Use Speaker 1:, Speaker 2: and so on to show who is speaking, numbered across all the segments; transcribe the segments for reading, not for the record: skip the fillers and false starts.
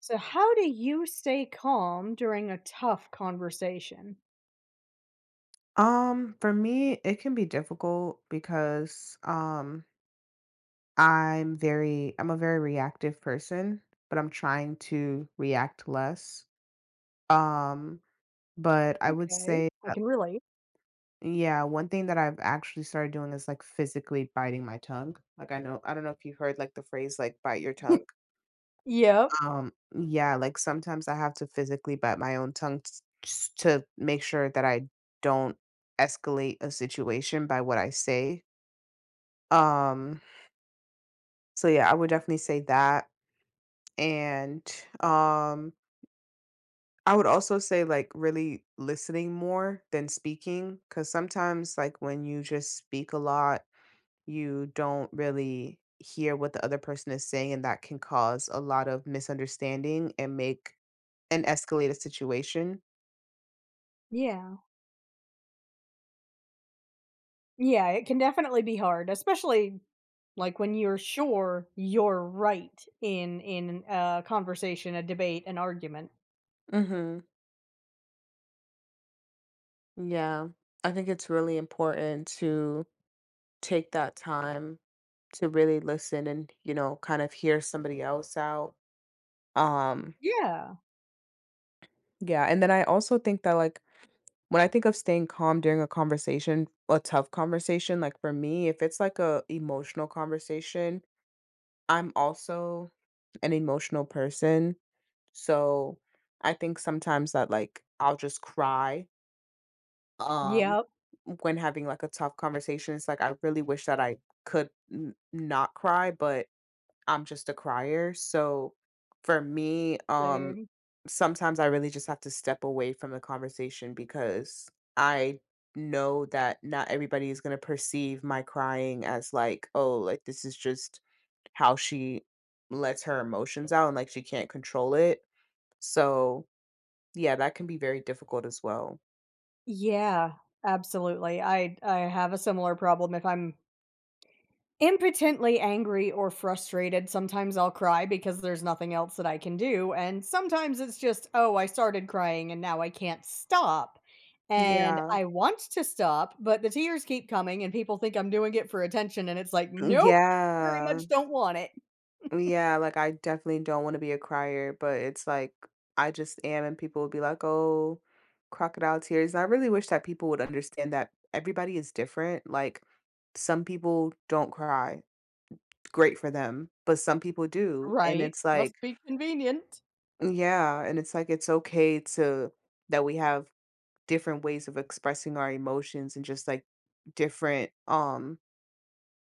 Speaker 1: So, how do you stay calm during a tough conversation?
Speaker 2: For me, it can be difficult because I'm a very reactive person, but I'm trying to react less. Um, but I would
Speaker 1: Okay,
Speaker 2: say
Speaker 1: I
Speaker 2: that,
Speaker 1: can relate.
Speaker 2: yeah, one thing that I've actually started doing is like physically biting my tongue. Like I know I don't know if you have heard like the phrase like bite your tongue.
Speaker 1: Yep.
Speaker 2: Yeah, like sometimes I have to physically bite my own tongue just to make sure that I don't escalate a situation by what I say. Um So yeah, I would definitely say that. And um I would also say like really listening more than speaking cuz sometimes like when you just speak a lot, you don't really hear what the other person is saying and that can cause a lot of misunderstanding and make and escalate a situation.
Speaker 1: Yeah. Yeah, it can definitely be hard, especially like when you're sure you're right in a conversation, a debate, an argument.
Speaker 2: Mhm. Yeah. I think it's really important to take that time to really listen and, you know, kind of hear somebody else out. Um
Speaker 1: Yeah.
Speaker 2: Yeah, and then I also think that like when I think of staying calm during a conversation, a tough conversation, like for me, if it's like a emotional conversation, I'm also an emotional person. So I think sometimes that like I'll just cry um
Speaker 1: Yep.
Speaker 2: when having like a tough conversation. It's like I really wish that I could not cry, but I'm just a crier. So for me,
Speaker 1: Same.
Speaker 2: sometimes I really just have to step away from the conversation because I know that not everybody is going to perceive my crying as like, oh, like this is just how she lets her emotions out and like she can't control it. So yeah, that can be very difficult as well.
Speaker 1: Yeah, absolutely. I have a similar problem if I'm impotently angry or frustrated, sometimes I'll cry because there's nothing else that I can do, and sometimes it's just, "Oh, I started crying and now I can't stop." And
Speaker 2: Yeah.
Speaker 1: I want to stop, but the tears keep coming and people think I'm doing it for attention, and it's like, "Nope, very
Speaker 2: Yeah.
Speaker 1: much don't want it."
Speaker 2: Yeah, like I definitely don't want to be a crier, but it's like I just am, and people would be like, "Oh, crocodile tears." And I really wish that people would understand that everybody is different. Like some people don't cry, great for them, but some people do. And
Speaker 1: Right?
Speaker 2: it's like,
Speaker 1: Must be convenient.
Speaker 2: yeah, and it's like it's okay to that we have different ways of expressing our emotions and just like different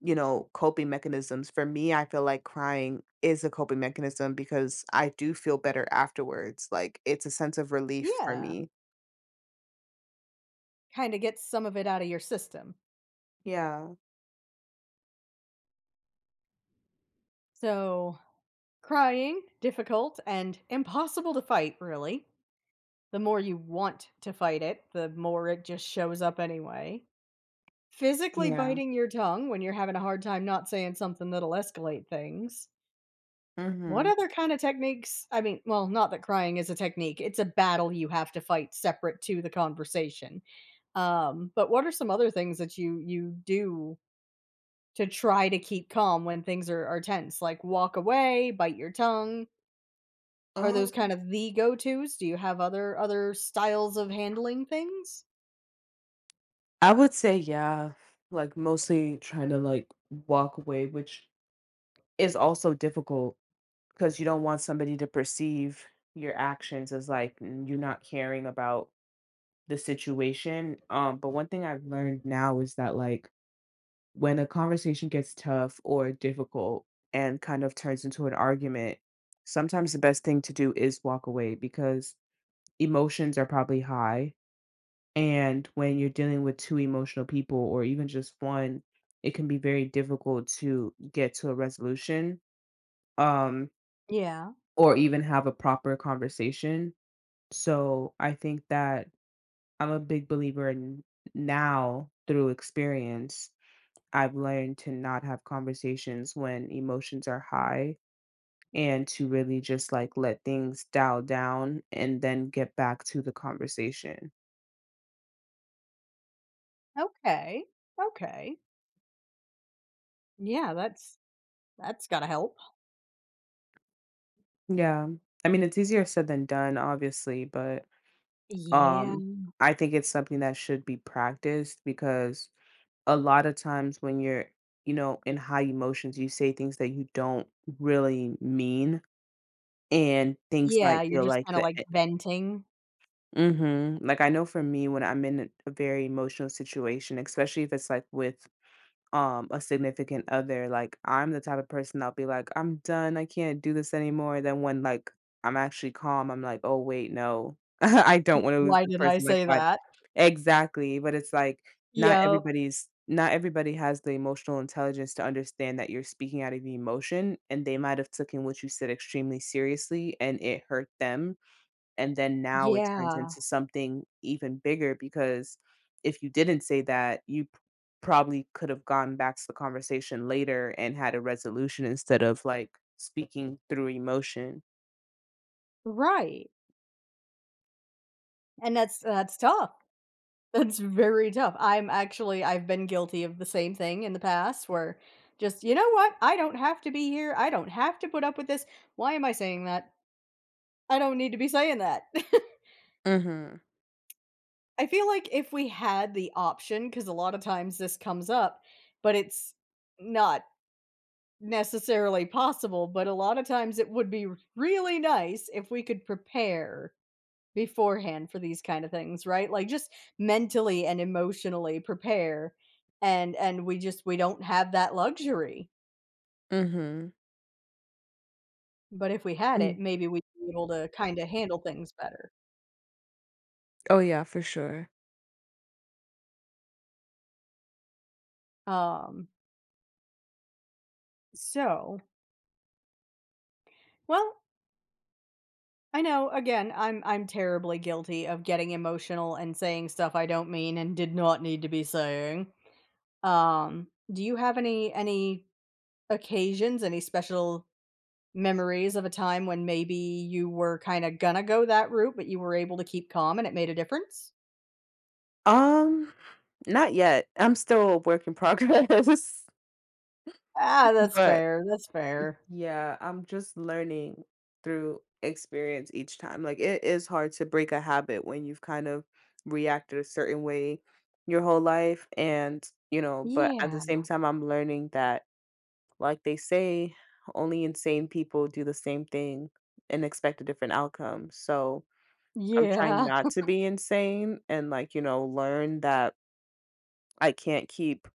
Speaker 2: you know, coping mechanisms. For me, I feel like crying is a coping mechanism because I do feel better afterwards. Like it's a sense of relief for
Speaker 1: Yeah.
Speaker 2: me.
Speaker 1: Kinda gets some of it out of your system.
Speaker 2: Yeah.
Speaker 1: So, crying, difficult, and impossible to fight, really. The more you want to fight it, the more it just shows up anyway. Physically
Speaker 2: Yeah.
Speaker 1: biting your tongue when you're having a hard time not saying something that'll escalate things. What
Speaker 2: Mhm.
Speaker 1: other kind of techniques? I mean, well, not that crying is a technique. It's a battle you have to fight separate to the conversation. But what are some other things that you do to try to keep calm when things are tense? Like walk away, bite your tongue. Are those
Speaker 2: Um,
Speaker 1: kind of the go-tos? Do you have other styles of handling things?
Speaker 2: I would say yeah, like mostly trying to like walk away, which is also difficult because you don't want somebody to perceive your actions as like you're not caring about the situation. But one thing I've learned now is that like when a conversation gets tough or difficult and kind of turns into an argument, sometimes the best thing to do is walk away because emotions are probably high. And when you're dealing with two emotional people or even just one, it can be very difficult to get to a resolution um,
Speaker 1: Yeah.
Speaker 2: or even have a proper conversation. So I think that I'm a big believer in now through experience I've learned to not have conversations when emotions are high and to really just like let things dial down and then get back to the conversation.
Speaker 1: Okay. Okay, yeah, that's gotta help.
Speaker 2: Yeah. I mean, it's easier said than done, obviously, but
Speaker 1: Yeah.
Speaker 2: um I think it's something that should be practiced because a lot of times when you're, you know, in high emotions, you say things that you don't really mean and things
Speaker 1: Yeah,
Speaker 2: might
Speaker 1: you're
Speaker 2: feel
Speaker 1: just
Speaker 2: like
Speaker 1: kinda,
Speaker 2: the
Speaker 1: like,
Speaker 2: e.
Speaker 1: venting.
Speaker 2: Mhm. Like I know for me when I'm in a very emotional situation, especially if it's like with a significant other, like I'm the type of person I'll be like, I'm done, I can't do this anymore. Then when like I'm actually calm, I'm like, oh wait, no. I don't want to lose
Speaker 1: Why
Speaker 2: this
Speaker 1: did I
Speaker 2: person. Like
Speaker 1: say
Speaker 2: what?
Speaker 1: that?"
Speaker 2: Exactly. But it's like
Speaker 1: Yep.
Speaker 2: not everybody has the emotional intelligence to understand that you're speaking out of emotion and they might have taken what you said extremely seriously and it hurt them and then now it turns
Speaker 1: Yeah.
Speaker 2: into something even bigger because if you didn't say that, you probably could have gone back to the conversation later and had a resolution instead of like speaking through emotion.
Speaker 1: Right. And that's tough. That's very tough. I'm actually I've been guilty of the same thing in the past where just, "You know what? I don't have to be here. I don't have to put up with this. Why am I saying that? I don't need to be saying that."
Speaker 2: Mhm.
Speaker 1: I feel like if we had the option, because a lot of times this comes up, but it's not necessarily possible, but a lot of times it would be really nice if we could prepare beforehand for these kind of things, right? Like just mentally and emotionally prepare and we just we don't have that luxury.
Speaker 2: Mhm.
Speaker 1: But if we had
Speaker 2: Mm.
Speaker 1: it, maybe we'd be able to kinda handle things better.
Speaker 2: Oh yeah, for sure.
Speaker 1: Um, so well, I know, again, I'm terribly guilty of getting emotional and saying stuff I don't mean and did not need to be saying. Do you have any occasions, any special memories of a time when maybe you were kinda gonna go that route, but you were able to keep calm and it made a difference?
Speaker 2: Um, not yet. I'm still a work in progress,
Speaker 1: Ah, that's
Speaker 2: but
Speaker 1: fair, that's fair.
Speaker 2: yeah, I'm just learning through experience each time. Like it is hard to break a habit when you've kind of reacted a certain way your whole life and, you know, but at the same
Speaker 1: Yeah.
Speaker 2: time I'm learning that like they say only insane people do the same thing and expect a different outcome. So, I'm trying
Speaker 1: Yeah.
Speaker 2: not to be insane and like, you know, learn that I can't keep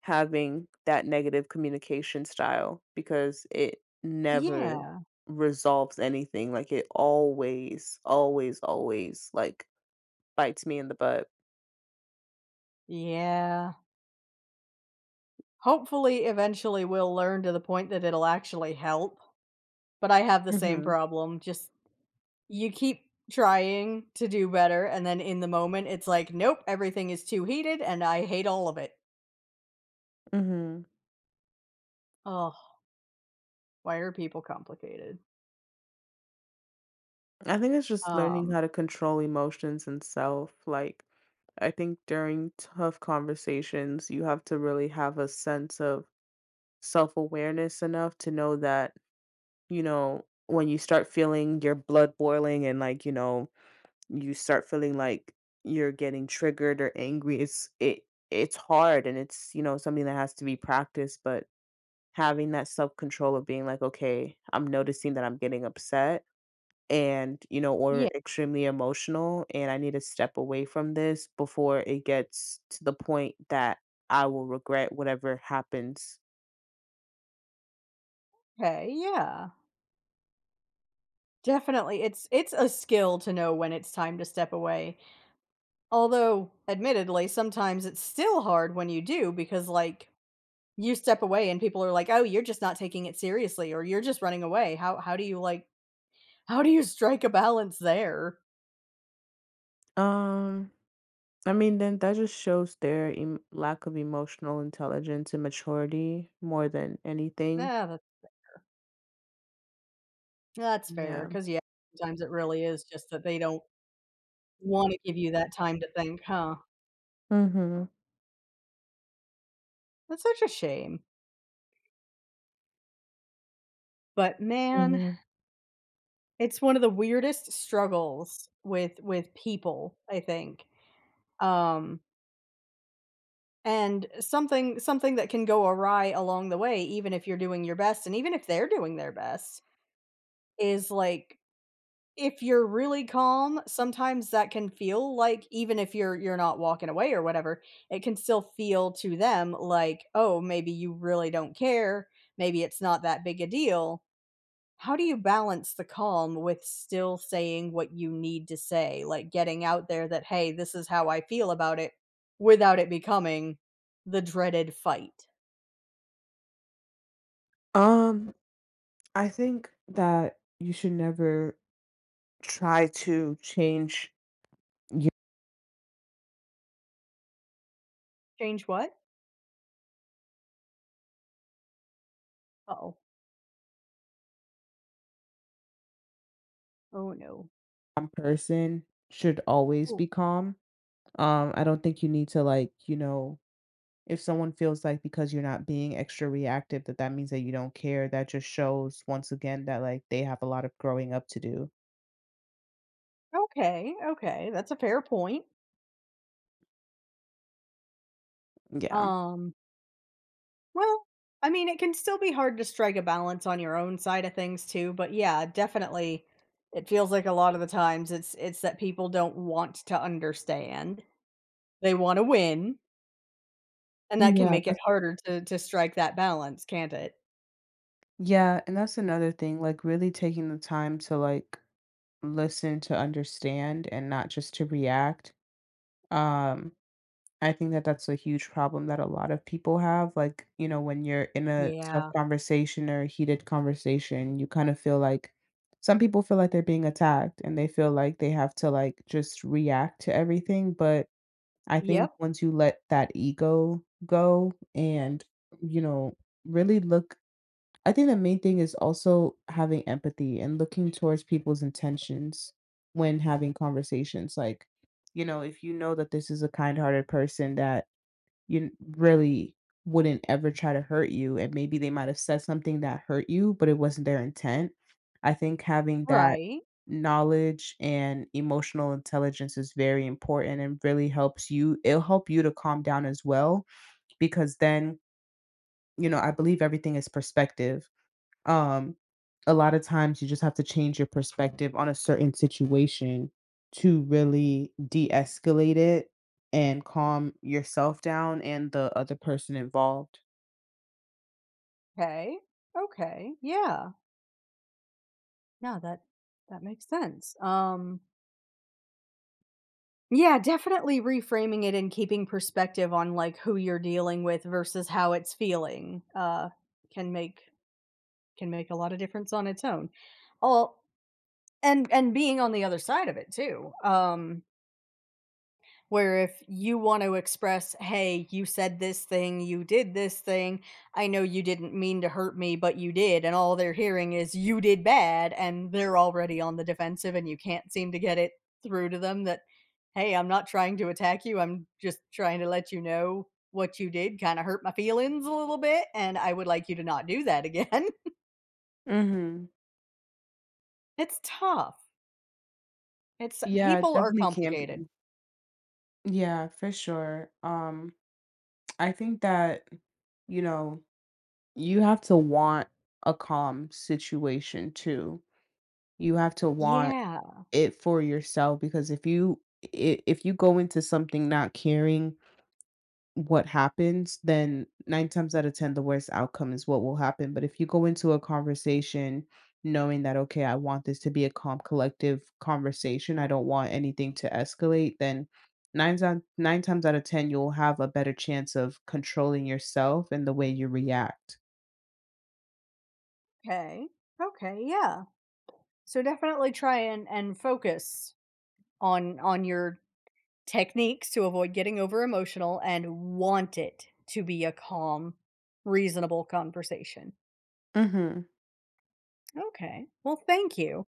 Speaker 2: having that negative communication style because it never
Speaker 1: Yeah.
Speaker 2: resolves anything. Like it always, always, always like bites me in the butt.
Speaker 1: Yeah. Hopefully, eventually, we'll learn to the point that it'll actually help, but I have the same
Speaker 2: Hmm.
Speaker 1: problem, just you keep trying to do better, and then in the moment, it's like, "Nope, everything is too heated, and I hate all of it."
Speaker 2: Hmm.
Speaker 1: Oh, why are people complicated?
Speaker 2: I think it's just learning
Speaker 1: Um,
Speaker 2: how to control emotions and self. Like I think during tough conversations, you have to really have a sense of self awareness enough to know that, you know, when you start feeling your blood boiling and like, you know, you start feeling like you're getting triggered or angry it's hard and it's you know something that has to be practiced but having that self control of being like okay I'm noticing that I'm getting upset and you know or
Speaker 1: yeah,
Speaker 2: extremely emotional and I need to step away from this before it gets to the point that I will regret whatever happens.
Speaker 1: okay, yeah. Definitely, it's a skill to know when it's time to step away, although, admittedly, sometimes it's still hard when you do because, like, you step away and people are like, "Oh, you're just not taking it seriously," or, "You're just running away." How do you, like how do you strike a balance there?
Speaker 2: um I mean, then that just shows their lack of emotional intelligence and maturity more than anything.
Speaker 1: Yeah. That's
Speaker 2: Yeah.
Speaker 1: fair, cause yeah, sometimes it really is just that they don't wanna give you that time to think, huh?
Speaker 2: Mhm.
Speaker 1: That's such a shame, but, man,
Speaker 2: Yeah.
Speaker 1: it's one of the weirdest struggles with people, I think, um, and something that can go awry along the way, even if you're doing your best, and even if they're doing their best, is, like, if you're really calm, sometimes that can feel like even if you're not walking away or whatever, it can still feel to them like, "Oh, maybe you really don't care. Maybe it's not that big a deal." How do you balance the calm with still saying what you need to say? Like getting out there that, "Hey, this is how I feel about it," without it becoming the dreaded fight.
Speaker 2: Um, I think that you should never try to change your
Speaker 1: Change what? Oh. Oh, no.
Speaker 2: calm person should always
Speaker 1: Ooh,
Speaker 2: be calm. I don't think you need to like, you know, if someone feels like because you're not being extra reactive that that means that you don't care, that just shows once again that like they have a lot of growing up to do.
Speaker 1: okay, okay, that's a fair point.
Speaker 2: Yeah.
Speaker 1: Um Well, I mean, it can still be hard to strike a balance on your own side of things too, but yeah, definitely it feels like a lot of the times it's that people don't want to understand. They want to win, and that can
Speaker 2: Yeah,
Speaker 1: make it
Speaker 2: that's,
Speaker 1: harder to strike that balance, can't it?
Speaker 2: yeah, and that's another thing, like really taking the time to like listen to understand and not just to react. Um, I think that that's a huge problem that a lot of people have. Like, you know, when you're in a tough
Speaker 1: Yeah.
Speaker 2: conversation or a heated conversation, you kind of feel like some people feel like they're being attacked and they feel like they have to like just react to everything. But I think
Speaker 1: Yep,
Speaker 2: once you let that ego go and, you know, really look I think the main thing is also having empathy and looking towards people's intentions when having conversations. Like, you know, if you know that this is a kind hearted person that you really wouldn't ever try to hurt you, and maybe they might have said something that hurt you, but it wasn't their intent. I think having that
Speaker 1: right.
Speaker 2: knowledge and emotional intelligence is very important and really helps you. It'll help you to calm down as well, because then, you know, I believe everything is perspective um, a lot of times you just have to change your perspective on a certain situation to really de-escalate it and calm yourself down and the other person involved.
Speaker 1: Okay. Okay. Yeah. No, that makes sense. Yeah, definitely reframing it and keeping perspective on like who you're dealing with versus how it's feeling can make a lot of difference on its own. All and being on the other side of it too. Where if you want to express, "Hey, you said this thing, you did this thing. I know you didn't mean to hurt me, but you did." And all they're hearing is you did bad and they're already on the defensive and you can't seem to get it through to them that, "Hey, I'm not trying to attack you. I'm just trying to let you know what you did kind of hurt my feelings a little bit and I would like you to not do that again."
Speaker 2: Mhm.
Speaker 1: It's tough. It's
Speaker 2: Yeah, it
Speaker 1: people are
Speaker 2: definitely can
Speaker 1: complicated.
Speaker 2: be. Yeah, for sure. I think that, you know, you have to want a calm situation too. You have to want
Speaker 1: Yeah,
Speaker 2: it for yourself because if you go into something not caring what happens, then 9 times out of 10, the worst outcome is what will happen, but if you go into a conversation knowing that, "Okay, I want this to be a calm, collective conversation, I don't want anything to escalate," then nine on 9 times out of 10, you'll have a better chance of controlling yourself and the way you react.
Speaker 1: okay. Okay, yeah. So definitely try and focus on your techniques to avoid getting over emotional and want it to be a calm, reasonable conversation.
Speaker 2: Mhm.
Speaker 1: Okay. Well, thank you.